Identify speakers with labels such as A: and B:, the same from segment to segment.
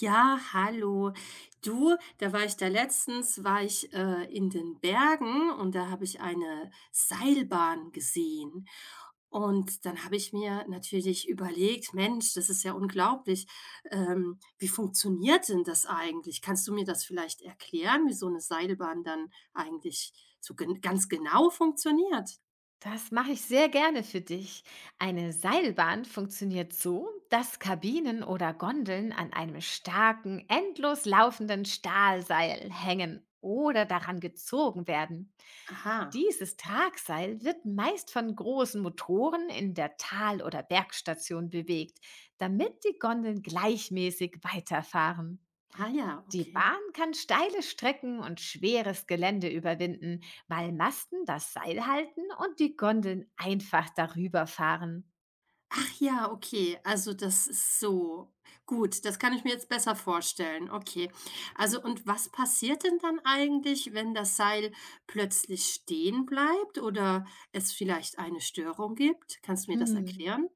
A: Ja, hallo. Du, da war ich da letztens, war ich in den Bergen und da habe ich eine Seilbahn gesehen. Und dann habe ich mir natürlich überlegt, Mensch, das ist ja unglaublich. Wie funktioniert denn das eigentlich? Kannst du mir das vielleicht erklären, wie so eine Seilbahn dann eigentlich so gen ganz genau funktioniert?
B: Das mache ich sehr gerne für dich. Eine Seilbahn funktioniert so, dass Kabinen oder Gondeln an einem starken, endlos laufenden Stahlseil hängen oder daran gezogen werden.
A: Aha,
B: Dieses Tragseil wird meist von großen Motoren in der Tal- oder Bergstation bewegt, damit die Gondeln gleichmäßig weiterfahren.
A: ah ja,
B: Die
A: okay.
B: Bahn kann steile Strecken und schweres Gelände überwinden, weil Masten das Seil halten und die Gondeln einfach darüber fahren.
A: Ach ja, okay. Also, das ist so. Gut, das kann ich mir jetzt besser vorstellen. Okay. Also, und was passiert denn dann eigentlich, wenn das Seil plötzlich stehen bleibt oder es vielleicht eine Störung gibt? Kannst du mir das
B: Hm.
A: erklären?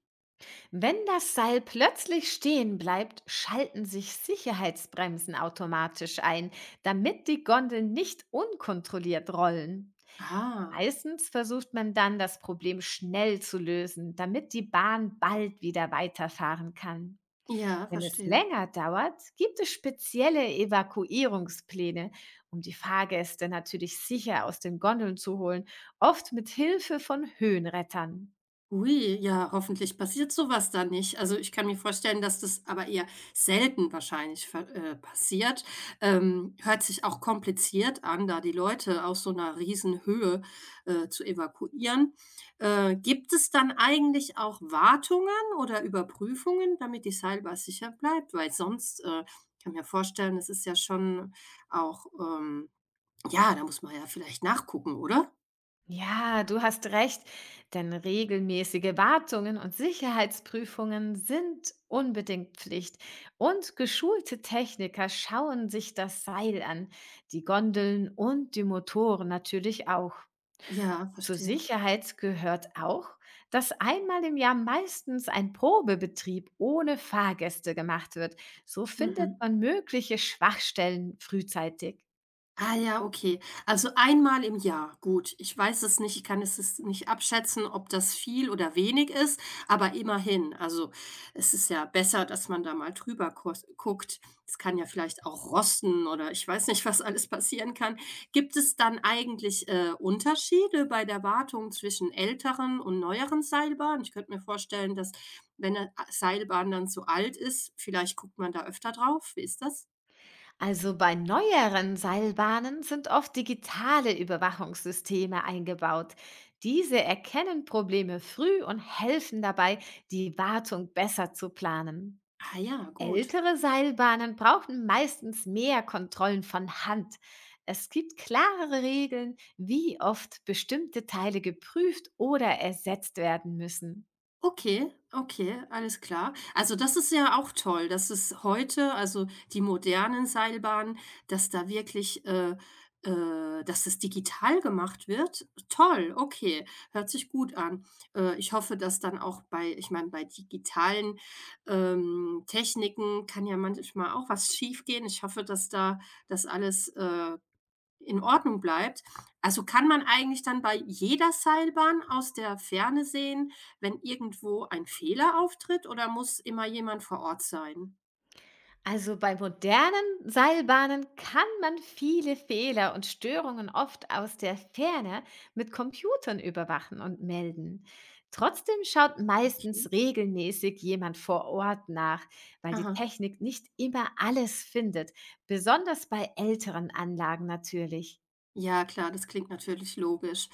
B: Wenn das Seil plötzlich stehen bleibt, schalten sich Sicherheitsbremsen automatisch ein, damit die Gondeln nicht unkontrolliert rollen.
A: Ah,
B: Meistens versucht man dann, das Problem schnell zu lösen, damit die Bahn bald wieder weiterfahren kann.
A: ja,
B: Wenn es
A: verstehe.
B: länger dauert, gibt es spezielle Evakuierungspläne, um die Fahrgäste natürlich sicher aus den Gondeln zu holen, oft mit Hilfe von Höhenrettern.
A: Ui, ja, hoffentlich passiert sowas da nicht. Also, ich kann mir vorstellen, dass das aber eher selten wahrscheinlich ver passiert. Hört sich auch kompliziert an, da die Leute aus so einer Riesenhöhe zu evakuieren. Gibt es dann eigentlich auch Wartungen oder Überprüfungen, damit die Seilbahn sicher bleibt? Weil sonst, ich kann mir vorstellen, es ist ja schon auch, ja, da muss man ja vielleicht nachgucken, oder?
B: Ja, du hast recht, denn regelmäßige Wartungen und Sicherheitsprüfungen sind unbedingt Pflicht. Und geschulte Techniker schauen sich das Seil an, die Gondeln und die Motoren natürlich auch.
A: Ja,
B: Zur
A: verstehe.
B: Sicherheit gehört auch, dass einmal im Jahr meistens ein Probebetrieb ohne Fahrgäste gemacht wird. So findet
A: Mhm.
B: man mögliche Schwachstellen frühzeitig.
A: Ah ja, okay. Also einmal im Jahr, gut. Ich weiß es nicht, ich kann es nicht abschätzen, ob das viel oder wenig ist, aber immerhin. Also es ist ja besser, dass man da mal drüber guckt. Es kann ja vielleicht auch rosten oder ich weiß nicht, was alles passieren kann. Gibt es dann eigentlich Unterschiede bei der Wartung zwischen älteren und neueren Seilbahnen? Ich könnte mir vorstellen, dass wenn eine Seilbahn dann zu alt ist, vielleicht guckt man da öfter drauf. Wie ist das?
B: Also bei neueren Seilbahnen sind oft digitale Überwachungssysteme eingebaut. Diese erkennen Probleme früh und helfen dabei, die Wartung besser zu planen.
A: Ah ja, gut.
B: Ältere Seilbahnen brauchten meistens mehr Kontrollen von Hand. Es gibt klarere Regeln, wie oft bestimmte Teile geprüft oder ersetzt werden müssen.
A: Okay, okay, alles klar. Also, das ist ja auch toll, dass es heute also, die modernen Seilbahnen, dass da wirklich, dass es digital gemacht wird. Toll, okay, hört sich gut an. Ich hoffe, dass dann auch bei ich meine, bei digitalen, Techniken kann ja manchmal auch was schiefgehen. Ich hoffe, dass da das alles, in Ordnung bleibt. Also, kann man eigentlich dann bei jeder Seilbahn aus der Ferne sehen, wenn irgendwo ein Fehler auftritt oder muss immer jemand vor Ort sein?
B: Also bei modernen Seilbahnen kann man viele Fehler und Störungen oft aus der Ferne mit Computern überwachen und melden. Trotzdem schaut
A: Okay.
B: meistens regelmäßig jemand vor Ort nach, weil die
A: Aha.
B: Technik nicht immer alles findet, besonders bei älteren Anlagen natürlich.
A: Ja, klar, das klingt natürlich logisch.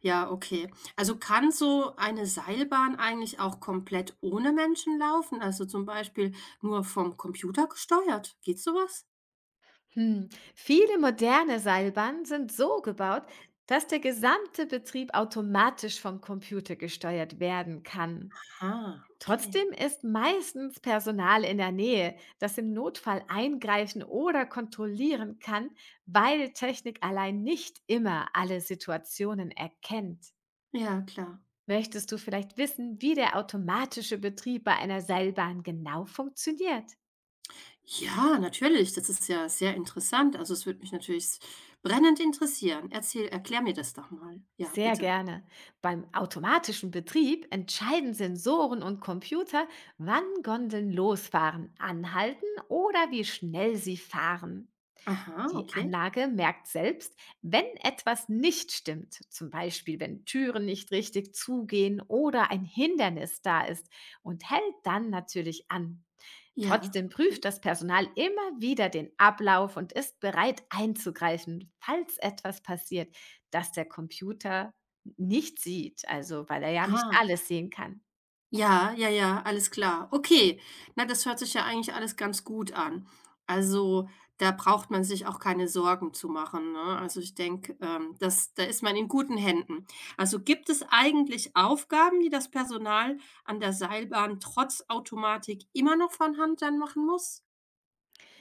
A: Ja, okay. Also, kann so eine Seilbahn eigentlich auch komplett ohne Menschen laufen? Also, zum Beispiel nur vom Computer gesteuert? Geht so was?
B: Hm. Viele moderne Seilbahnen sind so gebaut, dass der gesamte Betrieb automatisch vom Computer gesteuert werden kann.
A: Ah, okay.
B: Trotzdem ist meistens Personal in der Nähe, das im Notfall eingreifen oder kontrollieren kann, weil Technik allein nicht immer alle Situationen erkennt.
A: Ja, klar.
B: Möchtest du vielleicht wissen, wie der automatische Betrieb bei einer Seilbahn genau funktioniert?
A: Ja, natürlich, das ist ja sehr interessant. Also, es würde mich natürlich s brennend interessieren. Erzähl Erklär mir das doch mal. Ja,
B: Sehr
A: bitte.
B: gerne. Beim automatischen Betrieb entscheiden Sensoren und Computer, wann Gondeln losfahren, anhalten oder wie schnell sie fahren.
A: Aha,
B: Die
A: okay.
B: Anlage merkt selbst, wenn etwas nicht stimmt, zum Beispiel wenn Türen nicht richtig zugehen oder ein Hindernis da ist und hält dann natürlich an.
A: Ja,
B: Trotzdem
A: okay.
B: prüft das Personal immer wieder den Ablauf und ist bereit einzugreifen, falls etwas passiert, das der Computer nicht sieht, also weil er ja nicht
A: Ah,
B: alles sehen kann.
A: ja, ja, ja, alles klar. Okay, na, das hört sich ja eigentlich alles ganz gut an. Also, da braucht man sich auch keine Sorgen zu machen, ne? Also, ich denke, das da ist man in guten Händen. Also, gibt es eigentlich Aufgaben, die das Personal an der Seilbahn trotz Automatik immer noch von Hand dann machen muss?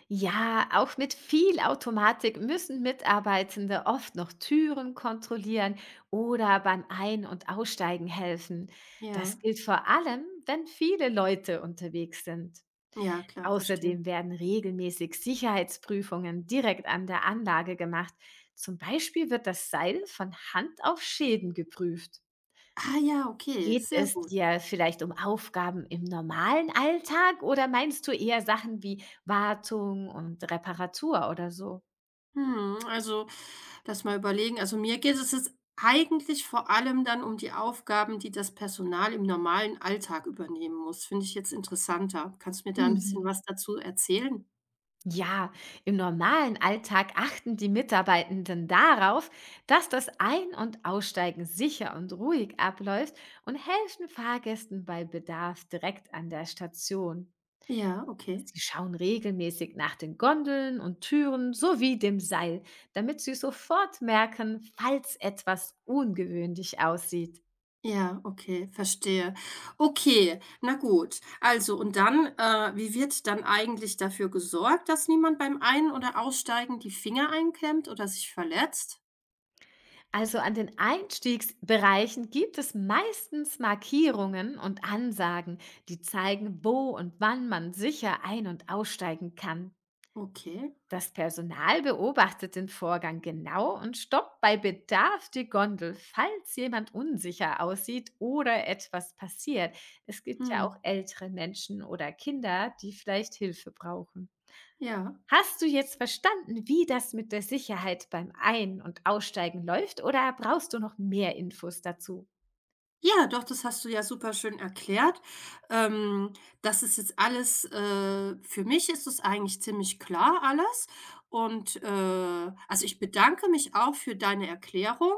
B: Ja, auch mit viel Automatik müssen Mitarbeitende oft noch Türen kontrollieren oder beim Ein- und Aussteigen helfen. Das
A: Ja,
B: gilt vor allem, wenn viele Leute unterwegs sind.
A: ja, klar, verstehe.
B: Außerdem werden regelmäßig Sicherheitsprüfungen direkt an der Anlage gemacht. Zum Beispiel wird das Seil von Hand auf Schäden geprüft.
A: Ah ja, okay,
B: Geht
A: sehr
B: es
A: gut.
B: dir vielleicht um Aufgaben im normalen Alltag oder meinst du eher Sachen wie Wartung und Reparatur oder so?
A: Mhm, also, lass mal überlegen. Also, mir geht es jetzt eigentlich vor allem dann um die Aufgaben, die das Personal im normalen Alltag übernehmen muss. Finde ich jetzt interessanter. Kannst du mir da ein bisschen
B: Mhm.
A: was dazu erzählen?
B: Ja, im normalen Alltag achten die Mitarbeitenden darauf, dass das Ein- und Aussteigen sicher und ruhig abläuft und helfen Fahrgästen bei Bedarf direkt an der Station.
A: Ja, okay.
B: Sie schauen regelmäßig nach den Gondeln und Türen sowie dem Seil, damit Sie sofort merken, falls etwas ungewöhnlich aussieht.
A: Ja, okay, verstehe. Okay, na gut. Also und dann, wie wird dann eigentlich dafür gesorgt, dass niemand beim Ein oder Aussteigen die Finger einklemmt oder sich verletzt?
B: Also an den Einstiegsbereichen gibt es meistens Markierungen und Ansagen, die zeigen, wo und wann man sicher ein- und aussteigen kann.
A: Okay.
B: Das Personal beobachtet den Vorgang genau und stoppt bei Bedarf die Gondel, falls jemand unsicher aussieht oder etwas passiert. Es gibt ja auch
A: Mhm.
B: ältere Menschen oder Kinder, die vielleicht Hilfe brauchen.
A: Ja.
B: Hast du jetzt verstanden, wie das mit der Sicherheit beim Ein- und Aussteigen läuft oder brauchst du noch mehr Infos dazu?
A: Ja, doch, das hast du ja super schön erklärt. Ähm, das ist jetzt alles für mich ist es eigentlich ziemlich klar alles. Und, also, ich bedanke mich auch für deine Erklärung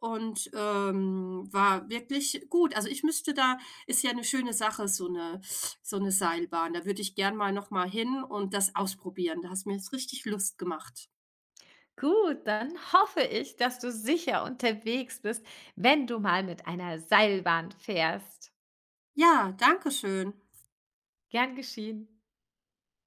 A: und, war wirklich gut. Also, ich müsste da ist ja eine schöne Sache, so eine Seilbahn. Da würde ich gern mal noch mal hin und das ausprobieren. Da hast mir jetzt richtig Lust gemacht.
B: Gut, dann hoffe ich, dass du sicher unterwegs bist, wenn du mal mit einer Seilbahn fährst.
A: Ja, danke schön.
B: Gern geschehen.